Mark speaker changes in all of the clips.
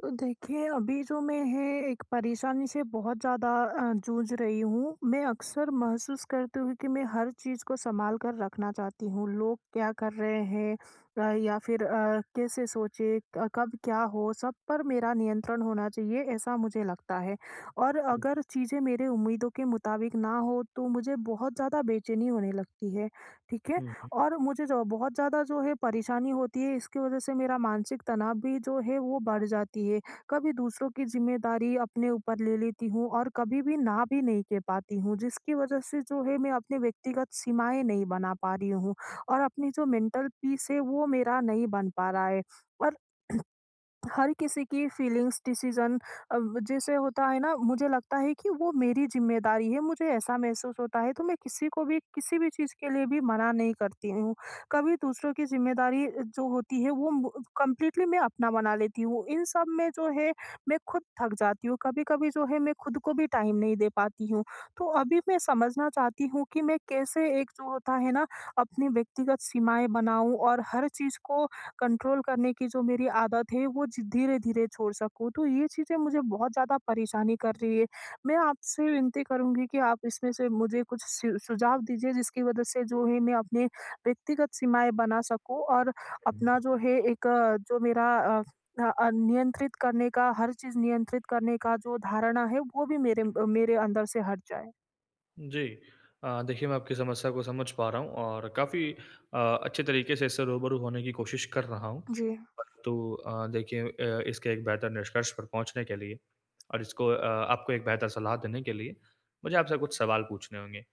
Speaker 1: तो देखिए, अभी जो मैं है एक परेशानी से बहुत ज़्यादा जूझ रही हूँ। मैं अक्सर महसूस करती हूँ कि मैं हर चीज़ को सँभाल कर रखना चाहती हूँ। लोग क्या कर रहे हैं या फिर कैसे सोचे क कब क्या हो, सब पर मेरा नियंत्रण होना चाहिए, ऐसा मुझे लगता है। और
Speaker 2: हुँ,
Speaker 1: अगर चीज़ें मेरे उम्मीदों के मुताबिक ना हो, तो मुझे बहुत ज़्यादा बेचैनी होने लगती है, ठीक है?
Speaker 2: हुँ, हुँ,
Speaker 1: और मुझे जो बहुत ज़्यादा जो है परेशानी होती है इसकी वज़ह से मेरा मानसिक तनाव भी जो है वो बढ़ जाती है। कभी दूसरों की ज़िम्मेदारी अपने ऊपर ले लेती हूँ और कभी भी ना भी नहीं कह पाती हूँ जिसकी वज़ह से जो है मैं अपने व्यक्तिगत सीमाएँ नहीं बना पा रही हूँ और अपनी जो मेंटल पीस है वो मेरा नहीं बन पा रहा है। और हर किसी की फीलिंग्स डिसीजन अब जैसे होता है ना, मुझे लगता है कि वो मेरी जिम्मेदारी है, मुझे ऐसा महसूस होता है तो मैं किसी को भी किसी भी चीज़ के लिए भी मना नहीं करती हूँ। कभी दूसरों की जिम्मेदारी जो होती है वो कंप्लीटली मैं अपना बना लेती हूँ। इन सब में जो है मैं खुद थक जाती हूँ, कभी कभी जो है मैं खुद को भी टाइम नहीं दे पाती हूँ। तो अभी मैं समझना चाहती हूँ कि मैं कैसे एक जो होता है ना, अपनी व्यक्तिगत सीमाएं बनाऊं और हर चीज़ को कंट्रोल करने की जो मेरी आदत है वो ज धीरे-धीरे छोड़ सकूँ। तो ये चीज़ें मुझे बहुत ज़्यादा परेशानी कर रही है। मैं आपसे विनती करूँगी कि आप इसमें से मुझे कुछ सु सुझाव दीजिए जिसकी वजह से जो है मैं अपने व्यक्तिगत सीमाएँ बना सकूँ और
Speaker 2: हुँ।
Speaker 1: अपना जो है एक जो मेरा अ नियंत्रित करने का, हर चीज़ नियंत्रित करने का जो धारणा है वो भी मेरे अंदर से हट जाए।
Speaker 2: जी। देखिए मैं आपकी समस्या को समझ पा रहा हूँ और काफ़ी अच्छे तरीके से इससे रूबरू होने की कोशिश कर रहा हूँ।
Speaker 1: जी।
Speaker 2: परंतु देखिए इसके एक बेहतर निष्कर्ष पर पहुँचने के लिए और इसको आपको एक बेहतर सलाह देने के लिए मुझे आपसे कुछ सवाल पूछने होंगे।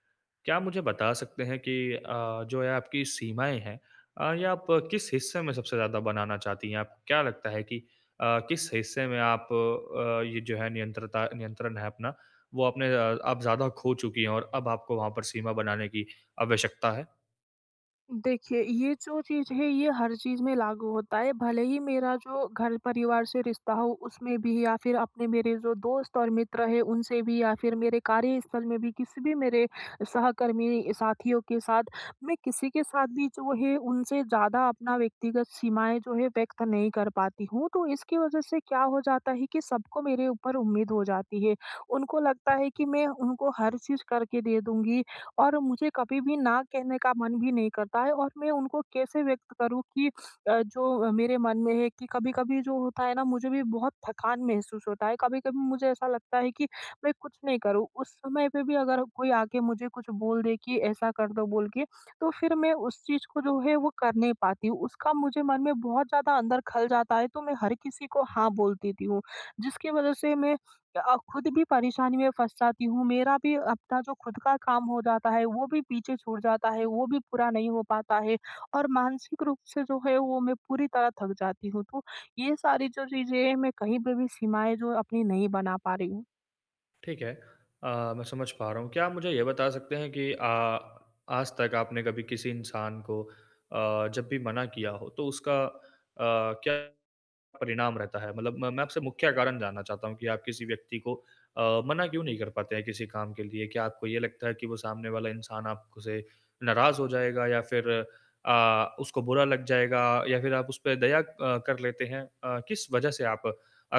Speaker 2: क्या आप मुझे बता सकते हैं कि जो है आपकी सीमाएँ हैं ये आप किस हिस्से में सबसे ज़्यादा बनाना चाहती हैं? आप क्या लगता है कि किस हिस्से में आप ये जो है नियंत्रता नियंत्रण है अपना वो आपने आप ज़्यादा खो चुकी हैं और अब आपको वहाँ पर सीमा बनाने की आवश्यकता है?
Speaker 1: देखिए, ये जो चीज़ है ये हर चीज़ में लागू होता है, भले ही मेरा जो घर परिवार से रिश्ता हो उसमें भी, या फिर अपने मेरे जो दोस्त और मित्र हैं उनसे भी, या फिर मेरे कार्यस्थल में भी किसी भी मेरे सहकर्मी साथियों के साथ, मैं किसी के साथ भी जो है उनसे ज़्यादा अपना व्यक्तिगत सीमाएँ जो है व्यक्त नहीं कर पाती हूँ। तो इसकी वजह से क्या हो जाता है कि सबको मेरे ऊपर उम्मीद हो जाती है, उनको लगता है कि मैं उनको हर चीज़ करके दे दूँगी और मुझे कभी भी ना कहने का मन भी नहीं करता है। और मैं उनको कैसे व्यक्त करूँ कि जो मेरे मन में है कि कभी-कभी जो होता है ना, मुझे भी बहुत थकान महसूस होता है। कभी-कभी मुझे ऐसा लगता है कि मैं कुछ नहीं करूँ। उस समय पे भी अगर कोई आके मुझे कुछ बोल दे कि ऐसा कर दो बोल के, तो फिर मैं उस चीज़ को जो है वो कर नहीं पाती हूँ। उसका मुझे मन में बहुत ज़्यादा अंदर खल जाता है, तो मैं हर किसी को हाँ बोल देती हूँ। जिसकी वजह से मैं खुद भी परेशानी में फँस जाती हूँ, मेरा भी अपना जो खुद का काम हो जाता है, वो भी पीछे छूट जाता है, वो भी पूरा नहीं हो पाता है और मानसिक रूप से जो है, वो मैं पूरी तरह थक जाती हूँ। तो ये सारी जो चीज़ें हैं, मैं कहीं पे भी सीमाएँ जो अपनी नहीं बना पा रही हूँ।
Speaker 2: ठीक है। मैं समझ पा रहा हूँ। क्या आप मुझे ये बता सकते हैं कि आज तक आपने कभी किसी इंसान को जब भी मना किया हो तो उसका क्या परिणाम रहता है? मतलब म मैं आपसे मुख्य कारण जानना चाहता हूँ कि आप किसी व्यक्ति को मना क्यों नहीं कर पाते हैं किसी काम के लिए? क्या आपको ये लगता है कि वो सामने वाला इंसान आपसे नाराज़ हो जाएगा या फिर उसको बुरा लग जाएगा या फिर आप उस पे दया कर लेते हैं? किस वजह से आप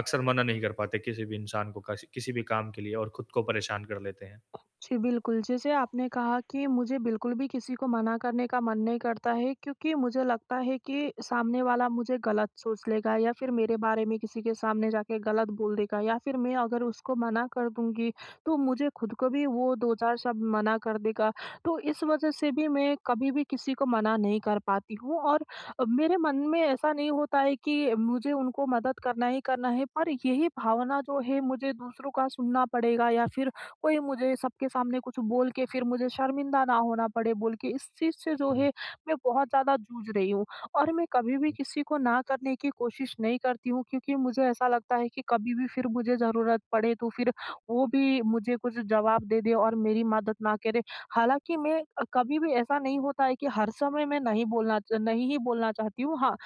Speaker 2: अक्सर मना नहीं कर पाते किसी भी इंसान को कस किसी भी काम के लिए और खुद को परेशान कर लेते हैं?
Speaker 1: जी, बिल्कुल। जैसे आपने कहा कि मुझे बिल्कुल भी किसी को मना करने का मन नहीं करता है, क्योंकि मुझे लगता है कि सामने वाला मुझे गलत सोच लेगा या फिर मेरे बारे में किसी के सामने जाके गलत बोल देगा, या फिर मैं अगर उसको मना कर दूँगी, तो मुझे खुद को भी वो 2-4 शब्द मना कर देगा। तो इस वजह से भी मैं कभी भी किसी को मना नहीं कर पाती हूँ। और मेरे मन में ऐसा नहीं होता है कि मुझे उनको मदद करना ही करना है, पर यही भावना जो है, मुझे दूसरों का सुनना पड़ेगा या फिर कोई मुझे सबके सामने कुछ बोल के फिर मुझे शर्मिंदा ना होना पड़े बोल के, इस चीज़ से जो
Speaker 2: हुँ,
Speaker 1: है मैं बहुत ज़्यादा जूझ रही हूँ। और मैं कभी भी किसी को ना करने की कोशिश नहीं करती हूँ, क्योंकि मुझे ऐसा लगता है कि कभी भी फिर मुझे ज़रूरत पड़े तो फिर वो भी मुझे कुछ जवाब दे दे और मेरी मदद ना करे। हालाँकि मैं, कभी भी ऐसा नहीं होता है कि हर समय मैं नहीं बोलना च नहीं ही बोलना चाहती हूँ। हाँ,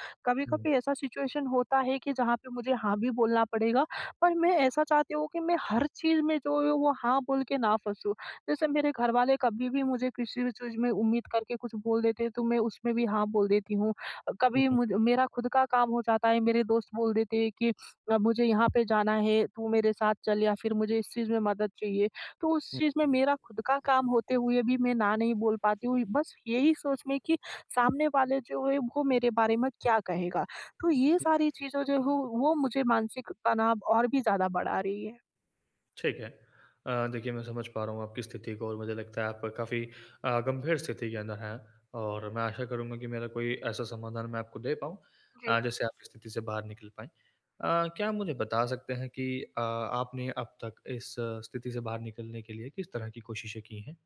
Speaker 2: हुँ,
Speaker 1: कभी-कभी ऐसा सिचुएशन होता है कि जहाँ पे मुझे हाँ भी बोलना पड़ेगा और मैं ऐसा चाहती हूँ कि मैं हर चीज़ में जो है वो हाँ बोल के ना फँसूँ। जैसे मेरे घरवाले कभी भी मुझे किसी भी चीज़ में उम्मीद करके कुछ बोल देते हैं तो मैं उसमें भी हाँ बोल देती हूँ। कभी
Speaker 2: हुँ,
Speaker 1: मुझ मेरा खुद का काम हो जाता है, मेरे दोस्त बोल देते हैं कि मुझे यहाँ पे जाना है, तू मेरे साथ चल, या फिर मुझे इस चीज़ में मदद चाहिए। तो उस
Speaker 2: हुँ।
Speaker 1: चीज़ में मेरा खुद का काम होते हुए भी मैं ना नहीं बोल पाती हूँ, बस यही सोच में कि सामने वाले जो है वो मेरे बारे में क्या कहेगा? तो ये सारी चीज़ें जो हो वो मुझे मानसिक तनाव और भी ज़्यादा बढ़ा रही है।
Speaker 2: ठीक है। देखिए मैं समझ पा रहा हूँ आपकी स्थिति को और मुझे लगता है आप काफ़ी गंभीर स्थिति के अंदर हैं और मैं आशा करूँगा कि मेरा कोई ऐसा समाधान मैं आपको दे पाऊँ
Speaker 1: जी।
Speaker 2: जिससे आप इस स्थिति से बाहर निकल पाएँ। क्या आप मुझे बता सकते हैं कि आपने अब तक इस स्थिति से बाहर निकलने के लिए किस तरह की कोशिशें की हैं?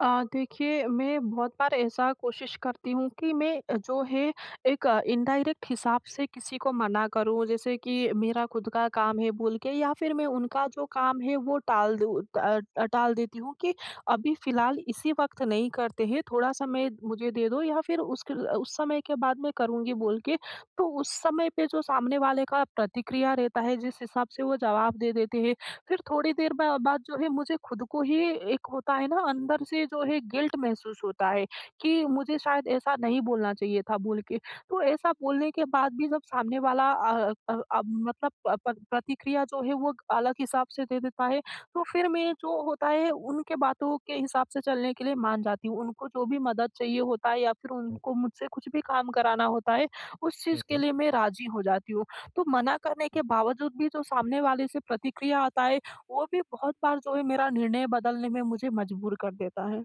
Speaker 1: देखिए मैं बहुत बार ऐसा कोशिश करती हूँ कि मैं जो है एक इनडायरेक्ट हिसाब से किसी को मना करूँ, जैसे कि मेरा खुद का काम है बोल के, या फिर मैं उनका जो काम है वो टाल दूँ, टाल देती हूँ कि अभी फ़िलहाल इसी वक़्त नहीं करते हैं, थोड़ा समय मुझे दे दो, या फिर उसके उस समय के बाद मैं करूँगी बोल के। तो उस समय पे जो सामने वाले का प्रतिक्रिया रहता है जिस हिसाब से वो जवाब दे देते हैं, फिर थोड़ी देर बा बाद जो है मुझे खुद को ही एक होता है ना, अंदर से जो है गिल्ट महसूस होता है कि मुझे शायद ऐसा नहीं बोलना चाहिए था बोल के। तो ऐसा बोलने के बाद भी जब सामने वाला मतलब प प प्रतिक्रिया जो है वो अलग हिसाब से दे देता है, तो फिर मैं जो होता है उनके बातों के हिसाब से चलने के लिए मान जाती हूँ। उनको जो भी मदद चाहिए होता है या फिर उनको मुझसे कुछ भी काम कराना होता है, उस
Speaker 2: हुँ,
Speaker 1: चीज़ के
Speaker 2: हुँ।
Speaker 1: लिए मैं राज़ी हो जाती हूँ। तो मना करने के बावजूद भी जो सामने वाले से प्रतिक्रिया आता है, वो भी बहुत बार जो है मेरा निर्णय बदलने में मुझे मजबूर कर देता है।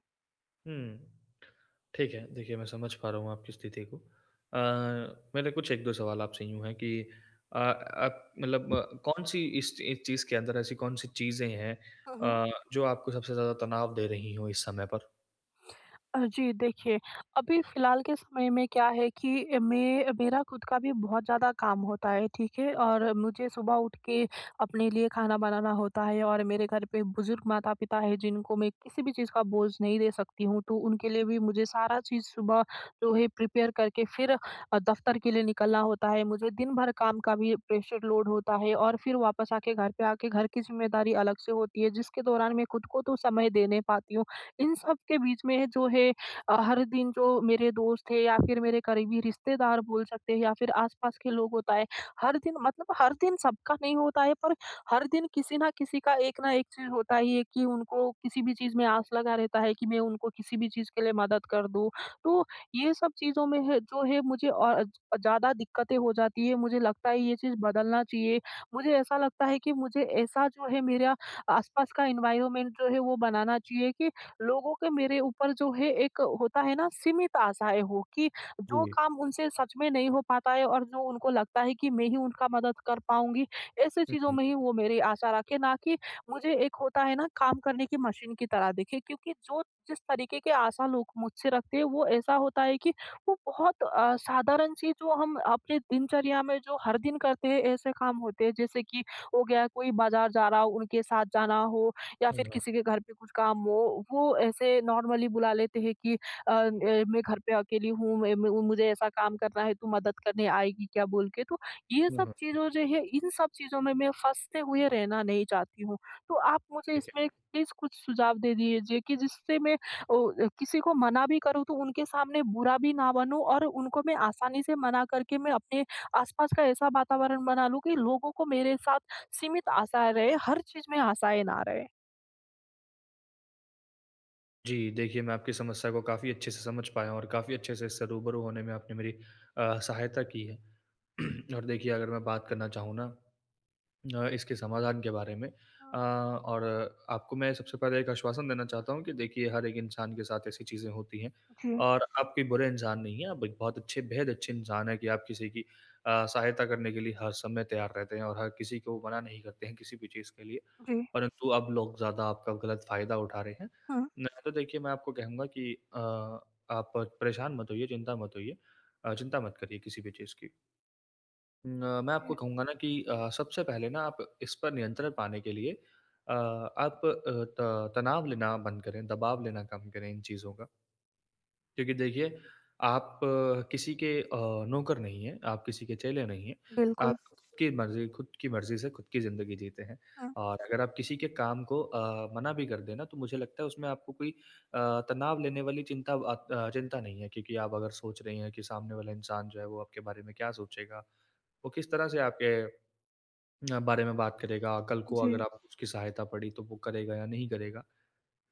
Speaker 2: हुँ। ठीक है, देखिए मैं समझ पा रहा हूँ आपकी स्थिति को। मेरे कुछ 1-2 सवाल आपसे यूँ हैं कि आप मतलब कौन-सी इस चीज़ के अंदर ऐसी कौन-सी चीज़ें हैं जो आपको सबसे ज़्यादा तनाव दे रही हों इस समय पर?
Speaker 1: जी देखिए, अभी फ़िलहाल के समय में क्या है कि मैं मेरा खुद का भी बहुत ज़्यादा काम होता है, ठीक है? और मुझे सुबह उठ के अपने लिए खाना बनाना होता है, और मेरे घर पे बुज़ुर्ग माता-पिता हैं जिनको मैं किसी भी चीज़ का बोझ नहीं दे सकती हूँ, तो उनके लिए भी मुझे सारा चीज़ सुबह जो है प्रिपेयर करके फिर दफ़्तर के लिए निकलना होता है। मुझे दिन भर काम का भी प्रेशर लोड होता है और फिर वापस आके घर पे आके घर की ज़िम्मेदारी अलग से होती है, जिसके दौरान मैं खुद को तो समय दे नहीं पाती हूँ। इन सब के बीच में जो है हर दिन जो मेरे दोस्त है या फिर मेरे करीबी रिश्तेदार बोल सकते हैं या फिर आसपास के लोग होता है, हर दिन मतलब हर दिन सबका नहीं होता है, पर हर दिन किसी ना किसी का एक ना एक चीज़ होता ही है कि उनको किसी भी चीज़ में आस लगा रहता है कि मैं उनको किसी भी चीज़ के लिए मदद कर दूँ। तो ये सब चीज़ों में है जो है मुझे और ज़्यादा दिक्कतें हो जाती है, मुझे लगता है ये चीज़ बदलना चाहिए। मुझे ऐसा लगता है कि मुझे ऐसा जो है मेरा आसपास का एनवायरनमेंट जो है वो बनाना चाहिए कि लोगों के मेरे ऊपर जो है एक होता है ना, सीमित आशाएँ हो कि जो
Speaker 2: जी।
Speaker 1: काम उनसे सच में नहीं हो पाता है और जो उनको लगता है कि मैं ही उनका मदद कर पाऊँगी, ऐसी
Speaker 2: हुँ,
Speaker 1: चीज़ों
Speaker 2: हुँ।
Speaker 1: में ही वो मेरी आशा रखें, ना कि मुझे एक होता है ना, काम करने की मशीन की तरह देखें। क्योंकि जो जिस तरीके के आशा लोग मुझसे रखते हैं वो ऐसा होता है कि वो बहुत साधारण सी, जो हम अपने दिनचर्या में जो हर दिन करते हैं ऐसे काम होते हैं, जैसे कि हो गया, कोई बाज़ार जा रहा हो उनके साथ जाना हो या
Speaker 2: हाँ,
Speaker 1: फिर किसी
Speaker 2: हाँ।
Speaker 1: के घर पे कुछ काम हो, वो ऐसे नॉर्मली बुला लेते हैं कि मैं घर पे अकेली हूँ, मैं मुझे ऐसा काम करना है, तू मदद करने आएगी क्या? बोल के। तो ये
Speaker 2: हाँ,
Speaker 1: सब
Speaker 2: हाँ।
Speaker 1: चीज़ों जो है, इन सब चीज़ों में मैं फँसते हुए रहना नहीं चाहती हूँ। तो आप मुझे
Speaker 2: ठीक है।
Speaker 1: इसमें प्लीज़ कुछ सुझाव दे दीजिए कि जिससे मैं किसी को मना भी करूँ, तो उनके सामने बुरा भी ना बनूँ और उनको मैं आसानी से मना करके मैं अपने आसपास का ऐसा वातावरण बना लूँ कि लोगों को मेरे साथ सीमित आशाएँ रहे, हर चीज़ में आशाएँ ना रहे।
Speaker 2: जी, देखिए मैं आपकी समस्या को काफ़ी अच्छे से समझ पाया हूँ और काफ़ी अच्छे से इससे रूबरू होने में आपने मेरी सहायता की है। और देखिए अगर मैं बात करना चाहूँ ना इसके समाधान के बारे में
Speaker 1: हाँ।
Speaker 2: और आपको मैं सबसे पहले एक आश्वासन देना चाहता हूँ कि देखिए हर एक इंसान के साथ ऐसी चीज़ें होती हैं
Speaker 1: जी।
Speaker 2: और आप कोई बुरे इंसान नहीं हैं। आप एक बहुत अच्छे बेहद अच्छे इंसान हैं कि आप किसी की सहायता करने के लिए हर समय तैयार रहते हैं और हर किसी को मना नहीं करते हैं किसी भी चीज़ के लिए।
Speaker 1: जी।
Speaker 2: परंतु अब लोग ज़्यादा आपका गलत फ़ायदा उठा रहे हैं।
Speaker 1: हुँ।
Speaker 2: न तो देखिए मैं आपको कहूँगा कि आप परेशान मत होइए, चिंता मत होइए चिंता मत करिए किसी भी चीज़ की। न, मैं आपको
Speaker 1: जी,
Speaker 2: कहूँगा ना कि सबसे पहले ना आप इस पर नियंत्रण पाने के लिए आप तनाव लेना बंद करें दबाव लेना कम करें इन चीज़ों का क्योंकि देखिए आप किसी के नौकर नहीं हैं आप किसी के चेले नहीं हैं आप
Speaker 1: बिल्कुल।
Speaker 2: खुद की मर्जी से खुद की ज़िंदगी जीते हैं
Speaker 1: हुँ।
Speaker 2: और अगर आप किसी के काम को मना भी कर देना तो मुझे लगता है उसमें आपको कोई अ, तनाव लेने वाली चिंता चिंता नहीं है क्योंकि आप अगर सोच रही हैं कि सामने वाला इंसान जो है वो आपके बारे में क्या सोचेगा वो किस तरह से आपके बारे में बात करेगा, कल को अगर
Speaker 1: जी।
Speaker 2: आपको उसकी सहायता पड़ी तो वो करेगा या नहीं करेगा?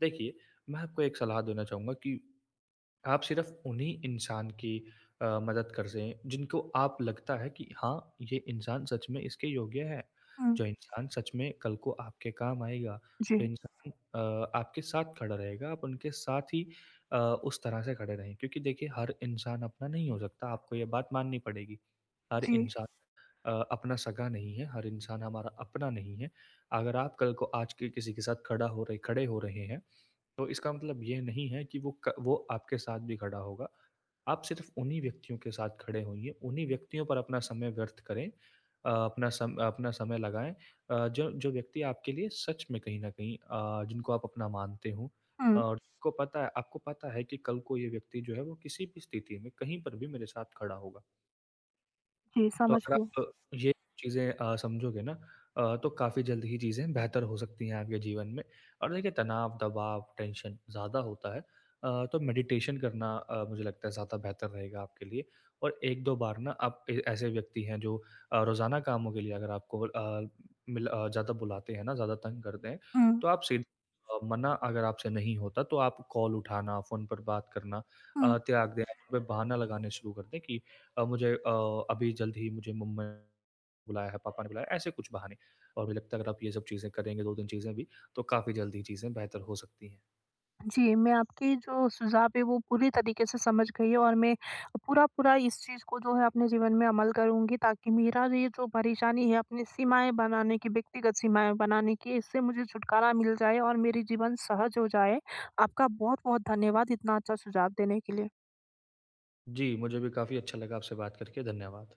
Speaker 2: देखिए, मैं आपको एक सलाह देना चाहूँगा कि आप सिर्फ़ उन्हीं इंसान की मदद कर सें जिनको आप लगता है कि हाँ, ये इंसान सच में इसके योग्य है।
Speaker 1: हुँ।
Speaker 2: जो इंसान सच में कल को आपके काम आएगा,
Speaker 1: जी।
Speaker 2: जो इंसान आपके साथ खड़ा रहेगा, आप उनके साथ ही उस तरह से खड़े रहें। क्योंकि देखिए हर इंसान अपना नहीं हो सकता, आपको ये बात माननी पड़ेगी। हर
Speaker 1: जी।
Speaker 2: इंसान अपना सगा नहीं है, हर इंसान हमारा अपना नहीं है। अगर आप कल को आज के किसी के साथ खड़ा हो रहे खड़े हो रहे हैं, तो इसका मतलब ये नहीं है कि वो आपके साथ भी खड़ा होगा। आप सिर्फ़ उन्हीं व्यक्तियों के साथ खड़े होइए, उन्हीं व्यक्तियों पर अपना समय व्यर्थ करें, अपना सम अपना समय लगाएँ जो जो व्यक्ति आपके लिए सच में कहीं न कहीं जिनको आप अपना मानते हो
Speaker 1: हुँ।
Speaker 2: और जिसको पता है आपको पता है कि कल को ये व्यक्ति जो है वो किसी भी स्थिति में, कहीं पर भी मेरे साथ खड़ा होगा।
Speaker 1: जी,
Speaker 2: तो
Speaker 1: समझ
Speaker 2: अगर
Speaker 1: गई।
Speaker 2: आप ये चीज़ें समझोगे ना तो काफ़ी जल्द ही चीज़ें बेहतर हो सकती हैं आपके जीवन में। और देखिए तनाव, दबाव, टेंशन ज़्यादा होता है तो मेडिटेशन करना मुझे लगता है ज़्यादा बेहतर रहेगा आपके लिए। और 1-2 बार ना आप ए ऐसे व्यक्ति हैं जो रोज़ाना कामों के लिए अगर आपको ज़्यादा बुलाते हैं ना, ज़्यादा तंग करते हैं,
Speaker 1: हुँ।
Speaker 2: तो आप सीधे मना अगर आपसे नहीं होता तो आप कॉल उठाना, फ़ोन पर बात करना
Speaker 1: हुँ।
Speaker 2: त्याग दें, आप पे बहाना लगाने शुरू कर दें कि मुझे अभी जल्द ही मुझे मम्मा ने बुलाया है, पापा ने बुलाया है, ऐसे कुछ बहाने। और मुझे लगता है अगर आप ये सब चीज़ें करेंगे 2-3 चीज़ें भी, तो काफ़ी जल्द ये चीज़ें बेहतर हो सकती हैं।
Speaker 1: जी, मैं आपके जो सुझाव है वो पूरी तरीके से समझ गई और मैं पूरा-पूरा इस चीज़ को जो है अपने जीवन में अमल करूँगी, ताकि मेरा ये जो परेशानी है अपनी सीमाएँ बनाने की, व्यक्तिगत सीमाएँ बनाने की, इससे मुझे छुटकारा मिल जाए और मेरी जीवन सहज हो जाए। आपका बहुत-बहुत धन्यवाद इतना अच्छा सुझाव देने के लिए।
Speaker 2: जी, मुझे भी काफ़ी अच्छा लगा आपसे बात करके। धन्यवाद।